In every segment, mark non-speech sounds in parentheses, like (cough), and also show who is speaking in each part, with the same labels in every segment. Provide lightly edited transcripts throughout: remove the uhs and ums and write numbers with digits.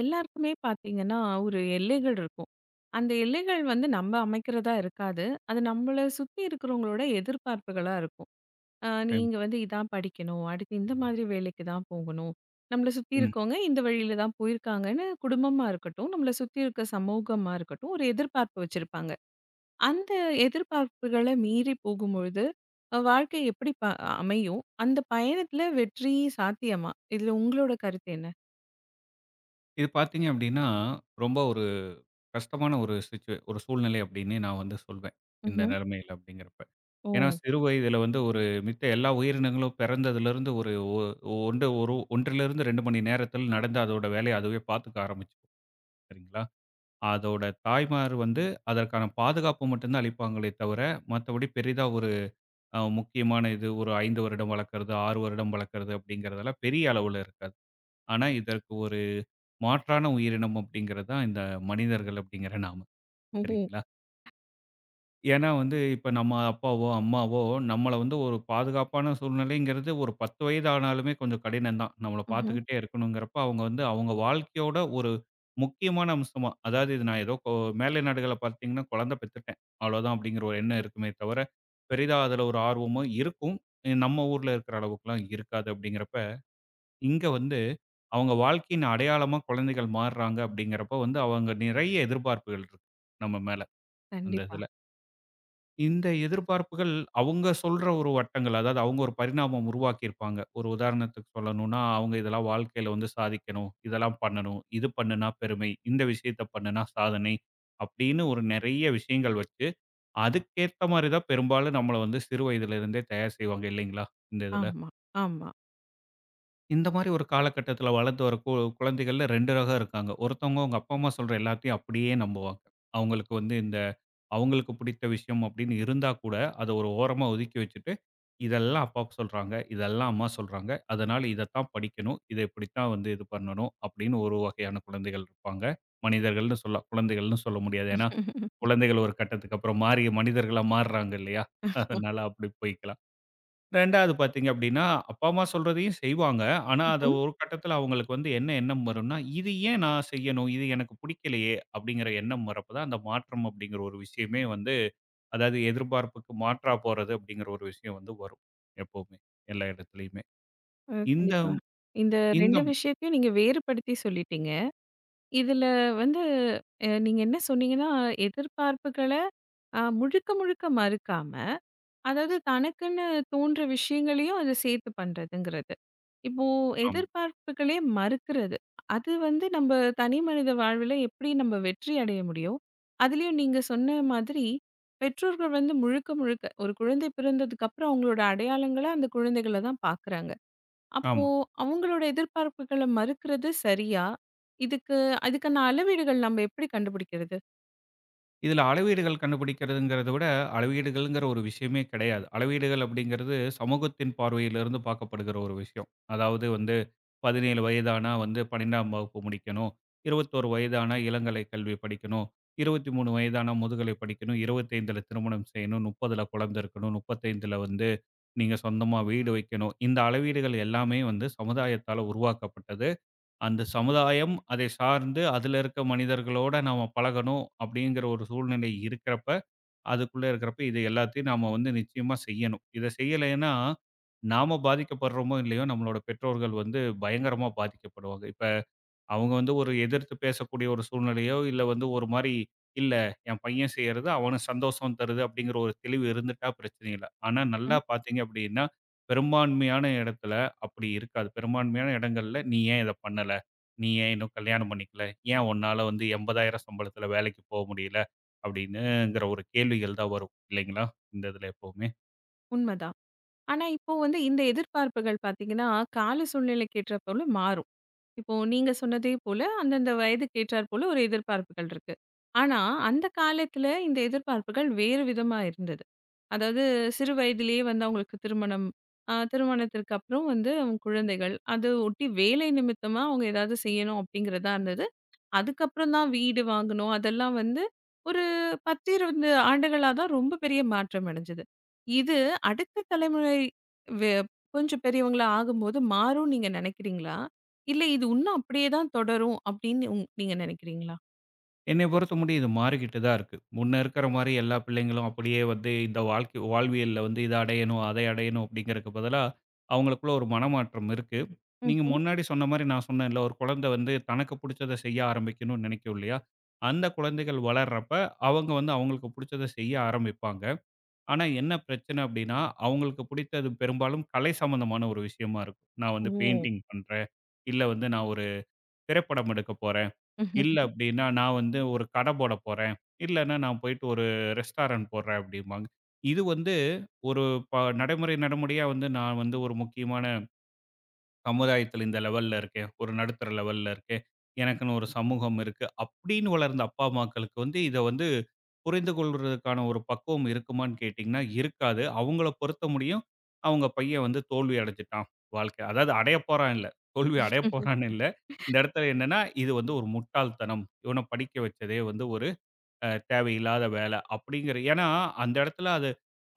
Speaker 1: எல்லாருக்குமே பார்த்தீங்கன்னா, ஒரு எல்லைகள் இருக்கும். அந்த எல்லைகள் வந்து நம்ம அமைக்கிறதா இருக்காது. அது நம்மள சுத்தி இருக்கிறவங்களோட எதிர்பார்ப்புகளா இருக்கும்.
Speaker 2: ம்.
Speaker 1: நீங்க வந்து இதான் படிக்கணும், அடுத்து இந்த மாதிரி வேலைக்கு தான் போகணும். நம்மள சுத்தி
Speaker 2: ம்.
Speaker 1: இருக்கவங்க இந்த வழியில தான் போயிருக்காங்கன்னு குடும்பமா இருக்கட்டும், நம்மள சுத்தி இருக்க சமூகமா இருக்கட்டும், ஒரு எதிர்பார்ப்பு வச்சிருப்பாங்க. அந்த எதிர்பார்ப்புகள மீறி போகும்பொழுது, வாழ்க்கை எப்படி அமையும்? அந்த பயணத்துல வெற்றி சாத்தியமா? இதுல உங்களோட கருத்து என்ன?
Speaker 2: இது பார்த்தீங்க அப்படின்னா, ரொம்ப ஒரு கஷ்டமான ஒரு ஒரு சூழ்நிலை அப்படின்னே நான் வந்து சொல்வேன். இந்த
Speaker 1: ம்ஹ்ம்.
Speaker 2: நிலைமையில அப்படிங்கிறப்ப.
Speaker 1: ஓ!
Speaker 2: ஏன்னா சிறு வயதில வந்து ஒரு மித்த எல்லா உயிரினங்களும் பிறந்ததிலிருந்து ஒரு ஒ ஒன்று ஒரு 1லிருந்து 2 மணி நேரத்தில் நடந்து அதோட வேலைய அதுவே பார்த்துக்க ஆரம்பிச்சுரும். சரிங்களா? அதோட தாய்மார் வந்து அதற்கான பாதுகாப்பு மட்டும் தான் அளிப்பாங்களே தவிர, மத்தபடி பெரிதா ஒரு முக்கியமான இது ஒரு 5 வருடம் வளர்க்கறது, 6 வருடம் வளர்க்கறது அப்படிங்கிறதெல்லாம் பெரிய அளவுல இருக்காது. ஆனா இதற்கு ஒரு மாற்றான உயிரினம் அப்படிங்கிறது தான் இந்த மனிதர்கள் அப்படிங்கிற நாம.
Speaker 1: ஓஹோ!
Speaker 2: சரிங்களா? ஏன்னா வந்து இப்ப நம்ம அப்பாவோ, அம்மாவோ நம்மள வந்து ஒரு பாதுகாப்பான சூழ்நிலைங்கிறது ஒரு 10 வயது ஆனாலுமே கொஞ்சம் கடினம் தான். நம்மள பார்த்துக்கிட்டே இருக்கணுங்கிறப்ப, அவங்க வந்து அவங்க வாழ்க்கையோட ஒரு முக்கியமான அம்சமா, அதாவது இது நான் ஏதோ மேலை நாடுகள்ல பார்த்தீங்கன்னா, குழந்தை பெத்துட்டேன் அவ்வளோதான் அப்படிங்கிற ஒரு எண்ணம் இருக்குமே தவிர, பெரிதா அதில ஒரு ஆர்வமோ இருக்கும். நம்ம ஊர்ல இருக்கிற அளவுக்குலாம் இருக்காது அப்படிங்கிறப்ப, இங்க வந்து அவங்க வாழ்க்கையின் அடையாளமா குழந்தைகள் மாறுறாங்க அப்படிங்கிறப்ப வந்து அவங்க நிறைய எதிர்பார்ப்புகள் இருக்கு நம்ம மேல அந்த
Speaker 1: கண்டிப்பா.
Speaker 2: இதுல. இந்த எதிர்பார்ப்புகள் அவங்க சொல்ற ஒரு வட்டங்கள் அதாவது அவங்க ஒரு பரிணாமம் உருவாக்கியிருப்பாங்க. ஒரு உதாரணத்துக்கு சொல்லணும்னா, அவங்க இதெல்லாம் வாழ்க்கையில வந்து சாதிக்கணும், இதெல்லாம் பண்ணணும், இது பண்ணுனா பெருமை, இந்த விஷயத்த பண்ணுனா சாதனை அப்படின்னு ஒரு நிறைய விஷயங்கள் வச்சு, அதுக்கேத்த மாரி தான் பெரும்பாலும் நம்மள வந்து சிறு வயதிலிருந்தே தயார் செய்வாங்க இல்லைங்களா? இந்த இதுல.
Speaker 1: ஆமா, ஆமா.
Speaker 2: இந்த மாரி ஒரு காலகட்டத்தில வளர்ந்து வர குழந்தைகள்ல 2 ரகம் இருக்காங்க. ஒருத்தவங்க அவங்க அப்பா, அம்மா சொல்ற எல்லாத்தையும் அப்படியே நம்புவாங்க. அவங்களுக்கு வந்து இந்த அவங்களுக்கு பிடித்த விஷயம் அப்படின்னு இருந்தா கூட, அத ஒரு ஓரமா ஒதுக்கி வச்சுட்டு, இதெல்லாம் அப்பா சொல்றாங்க, இதெல்லாம் அம்மா சொல்றாங்க. அதனால இதத்தான் படிக்கணும். இத இப்படித்தான் வந்து இது பண்ணணும் அப்படின்னு ஒரு வகையான குழந்தைகள் இருப்பாங்க. மனிதர்கள்னு சொல்லலாம். குழந்தைகள்னு சொல்ல முடியாது. ஏன்னா, குழந்தைகள் ஒரு கட்டத்துக்கு அப்புறம் மாறி மனிதர்களா மாறுறாங்க இல்லையா? அதனால அப்படி போய்க்கலாம். 2வது பார்த்தீங்க அப்படின்னா, அப்பா, அம்மா சொல்றதையும் செய்வாங்க. ஆனா, அத
Speaker 1: ம்ஹ்ம்.
Speaker 2: ஒரு கட்டத்தில அவங்களுக்கு வந்து என்ன எண்ணம் வரும்னா, "இது ஏன் நான் செய்யணும்? இது எனக்கு பிடிக்கலையே!" அப்படிங்கிற எண்ணம் வரப்ப தான், அந்த மாற்றம் அப்படிங்கிற ஒரு விஷயமே வந்து அதாவது எதிர்பார்ப்புக்கு மாற்றா போறது அப்படிங்கிற ஒரு விஷயம் வந்து வரும். எப்பவுமே, எல்லா இடத்துலயுமே. இந்த
Speaker 1: கண்டிப்பா. இந்த
Speaker 2: இந்த
Speaker 1: 2 விஷயத்தையும் நீங்க வேறுபடுத்தி சொல்லிட்டீங்க. இதுல வந்து நீங்க என்ன சொன்னீங்கன்னா, எதிர்பார்ப்புகள முழுக்க முழுக்க மறுக்காம, அதாவது தனக்குன்னு தோன்ற விஷயங்களையும் அத சேர்த்து பண்றதுங்கிறது. இப்போ
Speaker 2: ஆமா,
Speaker 1: எதிர்பார்ப்புகளே மறுக்கிறது. அது வந்து நம்ம தனி மனித வாழ்வில எப்படி நம்ம வெற்றி அடைய முடியும்? அதுலயும் நீங்க சொன்ன மாதிரி, பெற்றோர்கள் வந்து முழுக்க முழுக்க ஒரு குழந்தை பிறந்ததுக்கு அப்புறம் அவங்களோட அடையாளங்களா அந்த குழந்தைகள தான் பார்க்குறாங்க. அப்போ
Speaker 2: ஆமா.
Speaker 1: அவங்களோட எதிர்பார்ப்புகள மறுக்கிறது சரியா? இதுக்கு அதுக்கான அளவீடுகள் நம்ம எப்படி கண்டுபிடிக்கிறது?
Speaker 2: இதில அளவீடுகள் கண்டுபிடிக்கிறதுங்கிறத விட, அளவீடுகள்ங்கிற ஒரு விஷயமே கிடையாது. அளவீடுகள் அப்படிங்கிறது சமூகத்தின் பார்வையிலிருந்து பார்க்கப்படுகிற ஒரு விஷயம். அதாவது வந்து 17 வயதானா வந்து 12ஆம் வகுப்பு முடிக்கணும். 21 வயதானா இளங்கலை கல்வி படிக்கணும். 23 வயதானா முதுகலை படிக்கணும். 25ல திருமணம் செய்யணும். 30ல குழந்தை இருக்கணும். 35ல வந்து நீங்க சொந்தமா வீடு வைக்கணும். இந்த அளவீடுகள் எல்லாமே வந்து சமுதாயத்தால உருவாக்கப்பட்டது. அந்த சமுதாயம், அதை சார்ந்து அதில இருக்க மனிதர்களோட நாம பழகணும் அப்படிங்கிற ஒரு சூழ்நிலை இருக்கிறப்ப, அதுக்குள்ள இருக்கிறப்ப இது எல்லாத்தையும் நாம வந்து நிச்சயமா செய்யணும். இத செய்யலைன்னா, நாம பாதிக்கப்படுறோமோ இல்லையோ, நம்மளோட பெற்றோர்கள் வந்து பயங்கரமா பாதிக்கப்படுவாங்க. இப்ப அவங்க வந்து ஒரு எதிர்த்து பேசக்கூடிய ஒரு சூழ்நிலையோ, இல்ல வந்து ஒரு மாரி, "இல்ல என் பையன் செய்றது அவனுக்கு சந்தோஷம் தருது" அப்படிங்கிற ஒரு தெளிவு இருந்துட்டா பிரச்சனை இல்ல. ஆனா நல்லா
Speaker 1: ம்.
Speaker 2: பார்த்தீங்க அப்படின்னா, பெரும்பான்மையான இடத்துல அப்படி இருக்காது. பெரும்பான்மையான இடங்கள்ல, "நீ ஏன் இத பண்ணல? நீ ஏன் இன்னும் கல்யாணம் பண்ணிக்கல? ஏன் உன்னால வந்து 80,000 சம்பளத்துல வேலைக்கு போ முடியல?" அப்படின்னுங்கிற ஒரு கேள்விகள் தான் வரும் இல்லைங்களா? இந்த இதுல எப்பவுமே.
Speaker 1: உண்மதான். ஆனா இப்போ வந்து இந்த எதிர்பார்ப்புகள் பார்த்தீங்கன்னா, கால சூழ்நிலைக்கு ஏற்றாற்போல மாறும். இப்போ நீங்க சொன்னதே போல, அந்தந்த வயதுக்கு ஏற்றார் போல ஒரு எதிர்பார்ப்புகள் இருக்கு. ஆனா, அந்த காலத்துல இந்த எதிர்பார்ப்புகள் வேறு விதமா இருந்தது. அதாவது சிறு வயதிலேயே வந்து அவங்களுக்கு திருமணம், திருமணத்திற்கு அப்புறம் வந்து அவங்க குழந்தைகள், அது ஒட்டி வேலை நிமித்தமா அவங்க ஏதாவது செய்யணும் அப்படிங்கிறதா இருந்தது. அதுக்கப்புறம் தான் வீடு வாங்குனோம். அதெல்லாம் வந்து ஒரு 10, 20 ஆண்டுகளா தான் ரொம்ப பெரிய மாற்றம் அடைஞ்சது. இது அடுத்த தலைமுறை வெ கொஞ்சம் பெரியவங்களா ஆகும்போது மாறும்னு நீங்க நினைக்கிறீங்களா? இல்ல இது இன்னும் அப்படியே தான் தொடரும் அப்படின்னு நீங்க நினைக்கிறீங்களா?
Speaker 2: என்னைய பொறுத்த முடியும் இது மாறிக்கிட்டு தான் இருக்கு. முன்ன இருக்கிற மாரி எல்லா பிள்ளைங்களும் அப்படியே வந்து இந்த வாழ்க்கை வாழ்வியல்ல வந்து இத அடையணும், அதை அடையணும் அப்படிங்கிறக்கு பதிலா, அவங்களுக்குள்ள ஒரு மனமாற்றம் இருக்கு. நீங்க
Speaker 1: ம்ஹ்ம்.
Speaker 2: முன்னாடி சொன்ன மாரி நான் சொன்னேன்ல, ஒரு குழந்தை வந்து தனக்கு புடிச்சத செய்ய ஆரம்பிக்கணும்னு நினைக்கும் இல்லையா? அந்த குழந்தைகள் வளர்றப்ப, அவங்க வந்து அவங்களுக்கு புடிச்சத செய்ய ஆரம்பிப்பாங்க. ஆனா என்ன பிரச்சனை அப்படின்னா, அவங்களுக்கு பிடித்தது பெரும்பாலும் கலை சம்மந்தமான ஒரு விஷயமா இருக்கும். நான் வந்து
Speaker 1: ஓ!
Speaker 2: பெயிண்டிங் பண்றேன், இல்ல வந்து நான் ஒரு திரைப்படம் எடுக்க போறேன். இல்ல
Speaker 1: ம்ஹ்ம்.
Speaker 2: அப்படின்னா, நான் வந்து ஒரு கடை போடப் போறேன். இல்லன்னா, நான் போயிட்டு ஒரு ரெஸ்டாரண்ட் போடுறேன் அப்படிம்பாங்க. இது வந்து ஒரு நடைமுறை நடைமுறையா வந்து நான் வந்து ஒரு முக்கியமான சமுதாயத்தில இந்த லெவல்ல இருக்கேன். ஒரு நடுத்தர லெவல்ல இருக்கேன். எனக்குன்னு ஒரு சமூகம் இருக்கு. அப்படின்னு வளர்ந்த அப்பா, அம்மாக்களுக்கு வந்து இத வந்து புரிந்து கொள்றதுக்கான ஒரு பக்குவம் இருக்குமான்னு கேட்டீங்கன்னா, இருக்காது. அவங்கள பொறுத்த முடியும். அவங்க பையன் வந்து தோல்வி அடைஞ்சுட்டான் வாழ்க்கை. அதாவது அடையப் போறான் இல்ல. தோல்வி அடையப் போறான்னு இல்ல. இந்த இடத்துல என்னன்னா, இது வந்து ஒரு முட்டாள்தனம். இவன படிக்க வச்சதே வந்து ஒரு தேவையில்லாத வேலை அப்படிங்கிற ஏன்னா, அந்த இடத்துல அது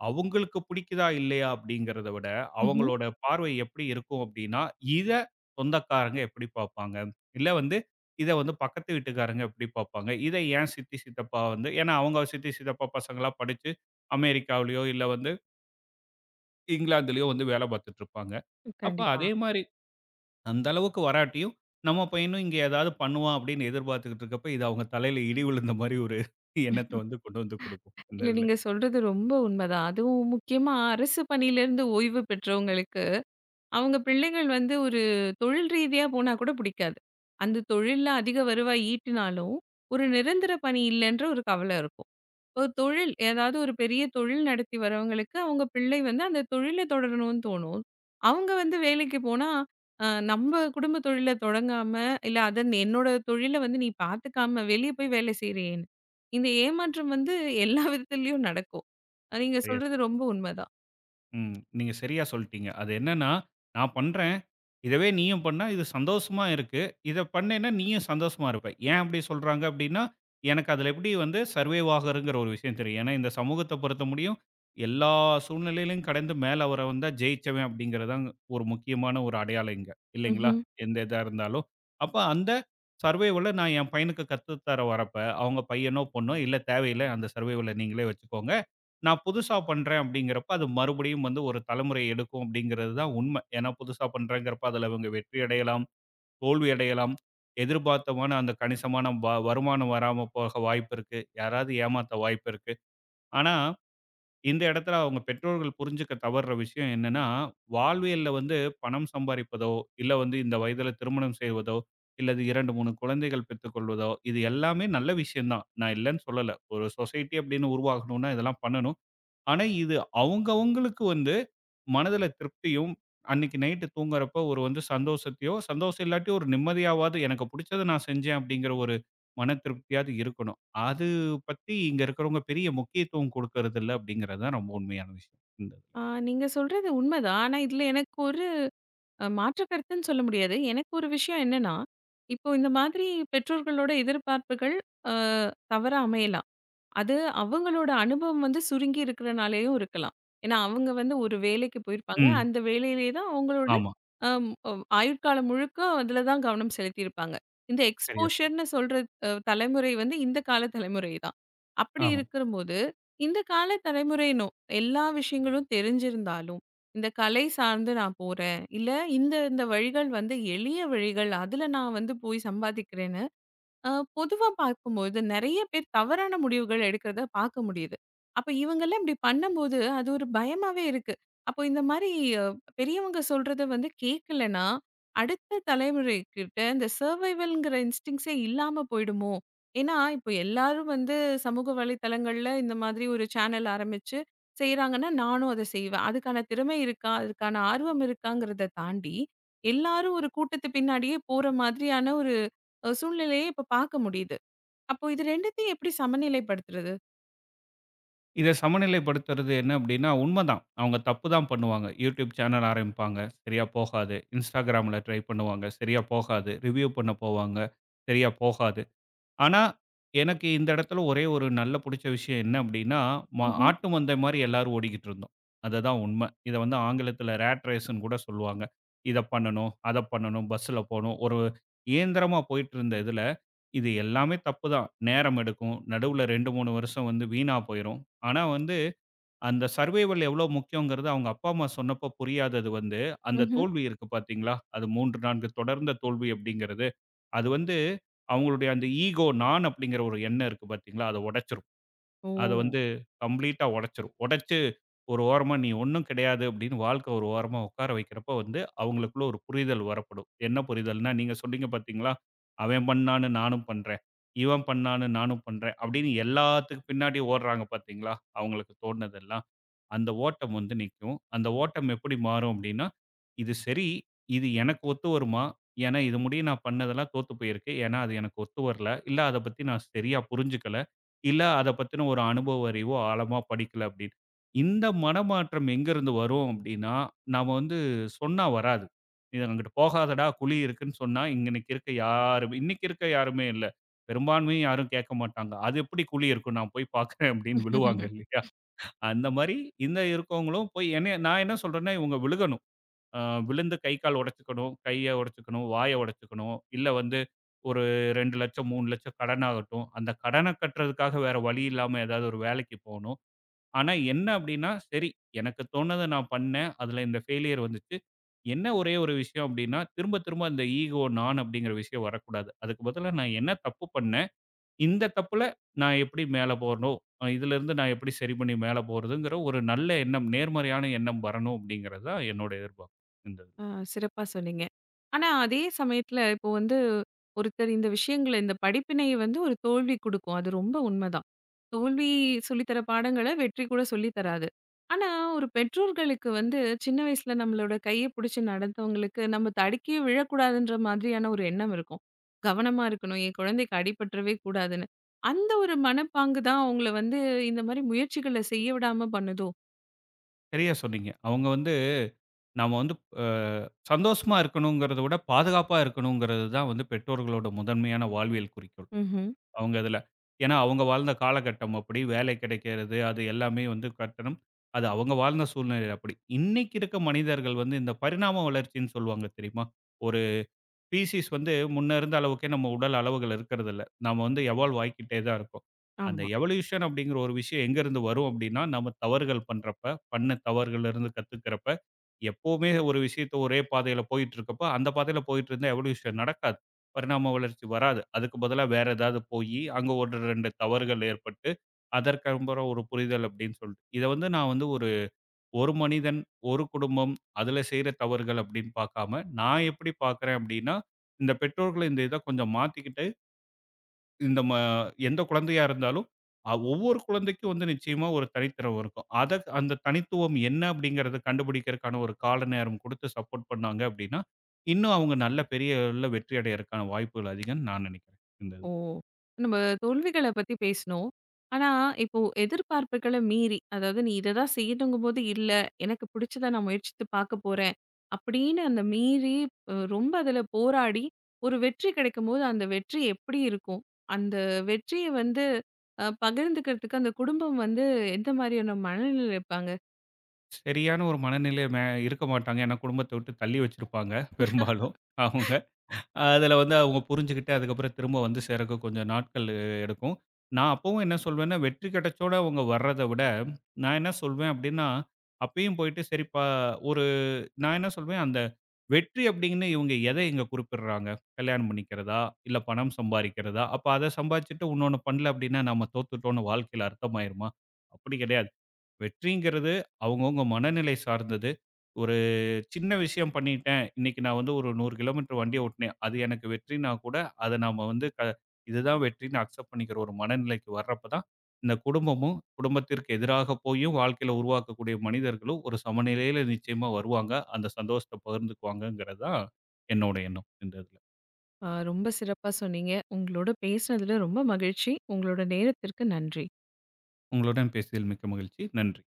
Speaker 2: அவங்களுக்கு பிடிக்குதா இல்லையா அப்படிங்கிறத விட,
Speaker 1: ம்ஹ்ம்.
Speaker 2: அவங்களோட பார்வை எப்படி இருக்கும் அப்படின்னா, இத சொந்தக்காரங்க எப்படி பார்ப்பாங்க? இல்ல வந்து இத வந்து பக்கத்து வீட்டுக்காரங்க எப்படி பார்ப்பாங்க? இத ஏன் சித்தி, சித்தப்பா வந்து ஏன்னா அவங்க சித்தி, சித்தப்பா பசங்களா படிச்சு அமெரிக்காவிலயோ, இல்ல வந்து இங்கிலாந்துலயோ வந்து வேலை பார்த்துட்டு இருப்பாங்க. அப்ப
Speaker 1: கண்டிப்பா.
Speaker 2: அதே மாரி அந்த அளவுக்கு வராட்டியும், நம்ம பையனும் இங்க ஏதாவது பண்ணுவான் அப்படின்னு எதிர்பார்த்துக்கிட்டு இருக்கப்ப, இது அவங்க தலையில இடி விழுந்த மாரி ஒரு எண்ணத்த வந்து கொண்டு வந்து குடுக்கும். இந்த
Speaker 1: இல்ல
Speaker 2: இதுல.
Speaker 1: நீங்க சொல்றது ரொம்ப உண்மதான். அதுவும் முக்கியமா அரசு பணியிலேருந்து ஓய்வு பெற்றவங்களுக்கு அவங்க பிள்ளைகள் வந்து ஒரு தொழில் ரீதியா போனா கூட பிடிக்காது. அந்த தொழில்ல அதிக வருவாய் ஈட்டினாலும், ஒரு நிரந்தர பணி இல்லன்ற ஒரு கவலை இருக்கும். ஒரு தொழில் ஏதாவது ஒரு பெரிய தொழில் நடத்தி வரவங்களுக்கு, அவங்க பிள்ளை வந்து அந்த தொழில தொடரணும்னு தோணும். அவங்க வந்து வேலைக்கு போனா, "நம்ப குடும்ப தொழில தொடங்காம, இல்ல அத என்னோட தொழில வந்து நீ பார்த்துக்காம வெளிய போய் வேலை செய்றியேன்னு." இந்த ஏமாற்றம் வந்து எல்லா விதத்துலயும் நடக்கும். நீங்க
Speaker 2: சரியா
Speaker 1: சொல்றது ரொம்ப
Speaker 2: ம். நீங்க சரியா சொல்ட்டீங்க. அது என்னன்னா, நான் பண்றேன். இதவே நீயும் பண்ணா, இது சந்தோஷமா இருக்கு. இத பண்ணேன்னா நீயும் சந்தோஷமா இருப்ப. ஏன் அப்படி சொல்றாங்க அப்படின்னா, எனக்கு அதுல எப்படி வந்து சர்வைவ் ஆகுறங்கிற ஒரு விஷயம் தெரியும். ஏன்னா, இந்த சமூகத்த பொறுத்த முடியும், எல்லா சூழ்நிலையிலும் கடந்து மேல வரவன் தான் ஜெயிச்சவன் அப்படிங்கிறது தான் ஒரு முக்கியமான ஒரு அடையாளம் இங்க. இல்லைங்களா?
Speaker 1: உண்மதான்.
Speaker 2: எந்த இதா இருந்தாலும். அப்ப அந்த சர்வைவல நான் என் பையனுக்கு கத்து தர வரப்ப, அவங்க பையனோ, பொண்ணோ இல்ல தேவையில்ல அந்த சர்வைவல நீங்களே வச்சுக்கோங்க. நான் புதுசா பண்றேன் அப்படிங்கிறப்ப, அது மறுபடியும் வந்து ஒரு தலைமுறை எடுக்கும் அப்படிங்கிறது தான் உண்மை. ஏன்னா புதுசா பண்றேங்கிறப்ப அதுல இவங்க வெற்றி அடையலாம், தோல்வி அடையலாம். எதிர்பார்த்தமான அந்த கணிசமான வருமானம் வராம போக வாய்ப்பு இருக்கு. யாராவது ஏமாத்த வாய்ப்பு இருக்கு. ஆனா, இந்த இடத்துல அவங்க பெற்றோர்கள் புரிஞ்சுக்க தவறுற விஷயம் என்னன்னா, வாழ்வியல்ல வந்து பணம் சம்பாரிப்பதோ, இல்ல வந்து இந்த வயதில திருமணம் செய்வதோ, இல்லது 2, 3 குழந்தைகள் பெத்துக்கொள்வதோ, இது எல்லாமே நல்ல விஷயம் தான். நான் இல்லன்னு சொல்லல. ஒரு சொசைட்டி அப்படின்னு உருவாகணும்னா இதெல்லாம் பண்ணணும். ஆனா, இது அவுங்க அவுங்களுக்கு வந்து மனதில திருப்தியும், அன்னைக்கு நைட்டு தூங்குறப்போ ஒரு வந்து சந்தோஷத்தையோ, சந்தோஷம் இல்லாட்டி ஒரு நிம்மதியாவாவது எனக்கு புடிச்சத நான் செஞ்சேன் அப்படிங்கிற ஒரு மன திருப்தியாவது இருக்கணும். அது பத்தி இங்க இருக்கிறவங்க பெரிய முக்கியத்துவம் குடுக்கறதில்ல அப்படிங்கிறது தான் ரொம்ப உண்மையான விஷயம். இந்த இதுல.
Speaker 1: ஆ நீங்க சொல்றது உண்மைதான். ஆனா, இதில எனக்கு ஒரு மாற்று கருத்துன்னு சொல்ல முடியாது. எனக்கு ஒரு விஷயம் என்னன்னா, இப்போ இந்த மாதிரி பெற்றோர்களோட எதிர்பார்ப்புகள் அ தவறா அமையலாம். அது அவங்களோட அனுபவம் வந்து சுருங்கி இருக்கிறனாலேயும் இருக்கலாம். ஏன்னா, அவங்க வந்து ஒரு வேலைக்கு போயிருப்பாங்க.
Speaker 2: ம்.
Speaker 1: அந்த வேலையிலேயே தான் அவங்களோட
Speaker 2: ஆமா.
Speaker 1: அம் அ ஆயுட்காலம் முழுக்க அதில தான் கவனம் செலுத்தியிருப்பாங்க. இந்த
Speaker 2: சரியா சொன்னீங்க.
Speaker 1: எக்ஸ்போஷர்ன்னு சொல்ற தலைமுறை வந்து இந்த கால தலைமுறை தான். அப்படி
Speaker 2: ஆமா.
Speaker 1: இருக்கும்போது, இந்த கால தலைமுறையினும் எல்லா விஷயங்களும் தெரிஞ்சிருந்தாலும், இந்த கலை சார்ந்து நான் போறேன். இல்ல இந்த இந்த வழிகள் வந்து எளிய வழிகள். அதில நான் வந்து போய் சம்பாதிக்கிறேன்னு அ பொதுவா பார்க்கும்போது நெறைய பேர் தவறான முடிவுகள் எடுக்கிறத பார்க்க முடியுது. அப்ப இவங்கலாம் இப்படி பண்ணும்போது, அது ஒரு பயமாவே இருக்கு. அப்போ இந்த மாரி பெரியவங்க சொல்றத வந்து கேட்கலன்னா, அடுத்த தலைமுறைகிட்ட இந்த சர்வைவல்ங்கிற இன்ஸ்டிங்ஸே இல்லாம போயிடுமோ? ஏன்னா, இப்போ எல்லாரும் வந்து சமூக வலைத்தளங்கள்ல இந்த மாதிரி ஒரு சேனல் ஆரம்பிச்சு செய்றாங்கன்னா, நானும் அத செய்வேன். அதுக்கான திறமை இருக்கா? அதுக்கான ஆர்வம் இருக்காங்கிறத தாண்டி, எல்லாரும் ஒரு கூட்டத்து பின்னாடியே போற மாதிரியான ஒரு சூழ்நிலையே இப்ப பார்க்க முடியுது. அப்போ இது 2த்தையும் எப்படி சமநிலைப்படுத்துறது?
Speaker 2: இத சமநிலைப்படுத்துறது என்ன அப்படின்னா, உண்மதான். அவுங்க தப்பு தான் பண்ணுவாங்க. YouTube சேனல் ஆரம்பிப்பாங்க. சரியா போகாது. Instagramல ட்ரை பண்ணுவாங்க. சரியா போகாது. ரிவ்யூ பண்ண போவாங்க. சரியா போகாது. ஆனா, எனக்கு இந்த இடத்துல ஒரே ஒரு நல்ல புடிச்ச விஷயம் என்ன அப்டின்னா, ம
Speaker 1: ம்ஹ்ம்.
Speaker 2: ஆட்டு மந்தை மாரி எல்லாரும் ஓடிக்கிட்டு இருந்தோம். அதுதான் உண்ம. இத வந்து ஆங்கிலத்துல ராட் ரேஸ்ன்னு கூட சொல்லுவாங்க. இத பண்ணணும், அத பண்ணணும், பஸ்ஸுல போணும். ஒரு இயந்திரமா போயிட்டுருந்த இதுல, இது எல்லாமே தப்பு தான். நேரம் எடுக்கும். நடுவுல 2, 3 வருஷம் வந்து வீணா போயிரும். ஆனா வந்து, அந்த சர்வைவல் எவ்ளோ முக்கியங்கிறது அவங்க அப்பா, அம்மா சொன்னப்போ புரியாதது வந்து, அந்த
Speaker 1: ம்ஹ்ம்.
Speaker 2: தோல்வி இருக்கு பாத்தீங்களா? அது 3, 4 தொடர்ந்த தோல்வி அப்டிங்கிறது அது வந்து அவங்களுடைய அந்த ஈகோ, நான் அப்படிங்கிற ஒரு எண்ணம் இருக்கு பார்த்தீங்களா, அத உடைச்சிரும்.
Speaker 1: ஓ!
Speaker 2: அத வந்து கம்ப்ளீட்டா உடைச்சிரும். உடைச்சு ஒரு ஓரமா நீ ஒண்ணும் கிடையாது அப்படின்னு வாழ்க்க ஒரு ஓரமா உட்கார வைக்கிறப்போ வந்து அவங்களுக்குள்ள ஒரு புரிதல் வரப்படும். என்ன புரிதல்னா, நீங்க சொன்னீங்க பார்த்தீங்களா, அவன் பண்ணான்னு நானும் பண்றேன். இவன் பண்ணான்னு நானும் பண்றேன். அப்படின்னு எல்லாத்துக்கு பின்னாடி ஓடுறாங்க பார்த்தீங்களா, அவங்களுக்கு தோணுனதெல்லாம். அந்த ஓட்டம் வந்து நிக்கும். அந்த ஓட்டம் எப்படி மாறும் அப்படின்னா, இது சரி, இது எனக்கு ஒத்து வருமா? ஏன்னா இது முடிய நான் பண்ணதெல்லாம் தோத்து போயிருக்கு. ஏன்னா அது எனக்கு ஒத்து வரல. இல்ல அத பத்தி நான் சரியா புரிஞ்சுக்கல. இல்ல அத பத்தின ஒரு அனுபவ அறிவோ ஆழமா படிக்கல அப்படின்னு. இந்த மனமாற்றம் எங்கேருந்து வரும் அப்படின்னா, நாம வந்து சொன்னா வராது. "நீ அங்கிட்டு போகாதடா குழி இருக்குன்னு" சொன்னா இன்னைக்கு இருக்க யாருமே இல்ல. பெரும்பான்மையும் யாரும் கேட்க மாட்டாங்க. அது எப்படி குழி இருக்கும் நான் போய் பார்க்குறேன் அப்படின்னு விழுவாங்க
Speaker 1: (laughs)
Speaker 2: இல்லையா? அந்த மாரி இந்த இருக்கவங்களும் போய் என்னைய நான் என்ன சொல்றேன்னா, இவங்க விழுகணும். அ விழுந்து கை, கால் உடைச்சுக்கணும், கைய உடைச்சுக்கணும், வாய உடைச்சுக்கணும். இல்ல வந்து ஒரு 2,00,000 3,00,000 கடன் ஆகட்டும். அந்த கடன கட்டுறதுக்காக வேற வழி இல்லாம ஏதாவது ஒரு வேலைக்கு போணும். ஆனா என்ன அப்டின்னா, சரி எனக்கு தோணத நான் பண்ணேன். அதுல இந்த ஃபெயிலியர் வந்துச்சு. என்ன ஒரே ஒரு விஷயம் அப்டின்னா, திரும்ப திரும்ப அந்த ஈகோ, நான் அப்டிங்கிற விஷயம் வரக்கூடாது. அதுக்கு பதிலா நான் என்ன தப்பு பண்ணேன்? இந்த தப்புல நான் எப்படி மேல போறணும்? இதுலருந்து நான் எப்படி சரி பண்ணி மேல போறதுங்கிற ஒரு நல்ல எண்ணம், நேர்மறையான எண்ணம் வரணும் அப்படிங்கிறது தான் என்னோட எதிர்பார்ப்பு இந்த இதுல.
Speaker 1: ஆ, சிறப்பா சொன்னீங்க. ஆனா, அதே சமயத்துல இப்போ வந்து ஒருத்தர் இந்த விஷயங்கள இந்த படிப்பினை வந்து ஒரு தோல்வி குடுக்கும். அது ரொம்ப உண்மதான். தோல்வி சொல்லித்தர பாடங்கள வெற்றி கூட சொல்லி தராது. ஆனா, ஒரு பெற்றோர்களுக்கு வந்து சின்ன வயசுல நம்மளோட கைய புடிச்சு நடந்தவங்களுக்கு நம்ம தடுக்கியே விழக்கூடாதுன்ற மாதிரியான ஒரு எண்ணம் இருக்கும். கவனமா இருக்கணும். என் குழந்தைக்கு அடிபட்டுறவே கூடாதுன்னு. அந்த ஒரு மனப்பாங்கு தான் அவங்கள வந்து இந்த மாரி முயற்சிகள செய்ய விடாம பண்ணுதோ?
Speaker 2: சரியா சொன்னீங்க. அவங்க வந்து நாம வந்து அ சந்தோஷமா இருக்கணுங்கிறத விட பாதுகாப்பா இருக்கணுங்கிறது தான் வந்து பெற்றோர்களோட முதன்மையான வாழ்வியல் குறிக்கோள்.
Speaker 1: ம்ஹ்ம்.
Speaker 2: அவங்க இதுல. ஏன்னா அவங்க வாழ்ந்த காலகட்டம் அப்படி, வேலை கிடைக்கிறது, அது எல்லாமே வந்து கட்டணம். அது அவங்க வாழ்ந்த சூழ்நிலை அப்படி. இன்னைக்கு இருக்க மனிதர்கள் வந்து இந்த பரிணாம வளர்ச்சின்னு சொல்லுவாங்க தெரியுமா? பீசிஸ் வந்து முன்ன இருந்த அளவுக்கே நம்ம உடல் அளவுகள் இருக்கிறதில்ல. நாம வந்து எவால்வ் ஆயிக்கிட்டே தான் இருக்கோம். அந்த
Speaker 1: ஆமா.
Speaker 2: எவல்யூஷன் அப்படிங்கிற ஒரு விஷயம் எங்கேருந்து வரும் அப்படின்னா, நம்ம தவறுகள் பண்றப்ப, பண்ண தவறுகள்லேருந்து கத்துக்கிறப்ப, எப்பவுமே ஒரு விஷயத்த ஒரே பாதையில போயிட்டுருக்கப்ப, அந்த பாதையில போயிட்டு இருந்தா எவல்யூஷன் நடக்காது. பரிணாம வளர்ச்சி வராது. அதுக்கு பதிலா வேற ஏதாவது போயி, அங்க 1, 2 தவறுகள் ஏற்பட்டு, அதற்கப்புறம் ஒரு புரிதல் அப்படின்னு சொல்லிட்டு இத வந்து நான் வந்து ஒரு ஒரு மனிதன், ஒரு குடும்பம், அதுல செய்ற தவறுகள் அப்படின்னு பார்க்காம, நான் எப்படி பார்க்குறேன் அப்படின்னா, இந்த பெற்றோர்கள் இந்த இத கொஞ்சம் மாத்திக்கிட்டு, இந்த எந்த குழந்தையா இருந்தாலும், ஒவ்வொரு குழந்தைக்கும் வந்து நிச்சயமா ஒரு தனித்திறம் இருக்கும். அத அந்த தனித்துவம் என்ன அப்படிங்கிறத கண்டுபிடிக்கிறதுக்கான ஒரு கால நேரம் கொடுத்து சப்போர்ட் பண்ணாங்க அப்படின்னா, இன்னும் அவங்க நல்ல பெரிய அளவுல வெற்றி அடையறதுக்கான வாய்ப்புகள் அதிகம்ன்னு நான் நினைக்கிறேன். இந்த
Speaker 1: ஓ!
Speaker 2: இதுல.
Speaker 1: நம்ம தோல்விகள பத்தி பேசினோம். ஆனா, இப்போ எதிர்பார்ப்புகள மீறி, அதாவது நீ இத தான் செய்யணுங்கும்போது, "இல்ல, எனக்கு பிடிச்சத நான் முயற்சித்து பார்க்க போறேன்." அப்படின்னு அந்த மீறி ரொம்ப அதில போராடி, ஒரு வெற்றி கிடைக்கும்போது, அந்த வெற்றி எப்படி இருக்கும்? அந்த வெற்றிய வந்து பகிர்ந்துக்கிறதுக்கு அந்த குடும்பம் வந்து எந்த மாரியான மனநிலையில இருப்பாங்க?
Speaker 2: சரியான ஒரு மனநிலை இருக்க மாட்டாங்க. ஏன்னா குடும்பத்த விட்டு தள்ளி வச்சிருப்பாங்க பெரும்பாலும் அவங்க. அதில வந்து அவங்க புரிஞ்சுகிட்டு, அதுக்கப்புறம் திரும்ப வந்து சேரக்கு கொஞ்சம் நாட்கள் எடுக்கும். நான் அப்பவும் என்ன சொல்வேன்னா, வெற்றி கிடைச்சோட அவங்க வர்றத விட, நான் என்ன சொல்வேன் அப்டின்னா, அப்பயும் போயிட்டு சரிப்பா ஒரு நான் என்ன சொல்வேன், அந்த வெற்றி அப்டின்னு இவங்க எத இங்க குறிப்பிடுறாங்க? கல்யாணம் பண்ணிக்கிறதா? இல்ல பணம் சம்பாரிக்கிறதா? அப்ப அத சம்பாரிச்சுட்டு, உன்னொன்னு பண்ணல அப்டின்னா, நம்ம தோத்துட்டோம்னு வாழ்க்கையில அர்த்தமாயிருமா? அப்டி கிடையாது. வெற்றிங்கிறது அவங்கவங்க மனநிலை சார்ந்தது. ஒரு சின்ன விஷயம் பண்ணிட்டேன். இன்னைக்கு நான் வந்து ஒரு 100 கிலோமீட்டர் வண்டிய ஓட்டுனேன். அது எனக்கு வெற்றினா கூட, அத நாம வந்து இதுதான் வெற்றின்னு அக்செப்ட் பண்ணிக்கிற ஒரு மனநிலைக்கு வர்றப்ப தான், இந்த குடும்பமும், குடும்பத்திற்கு எதிராக போயும் வாழ்க்கையில உருவாக்கக்கூடிய மனிதர்களும் ஒரு சமநிலையில நிச்சயமா வருவாங்க. அந்த சந்தோஷத்த பகிர்ந்துக்குவாங்கங்கிறது தான் என்னோட எண்ணம் இந்த இதுல.
Speaker 1: ரொம்ப சிறப்பா சொன்னீங்க. உங்களோட பேசினதுல ரொம்ப மகிழ்ச்சி. உங்களோட நேரத்திற்கு நன்றி.
Speaker 2: உங்களுடன் பேசியதில் மிக்க மகிழ்ச்சி. நன்றி.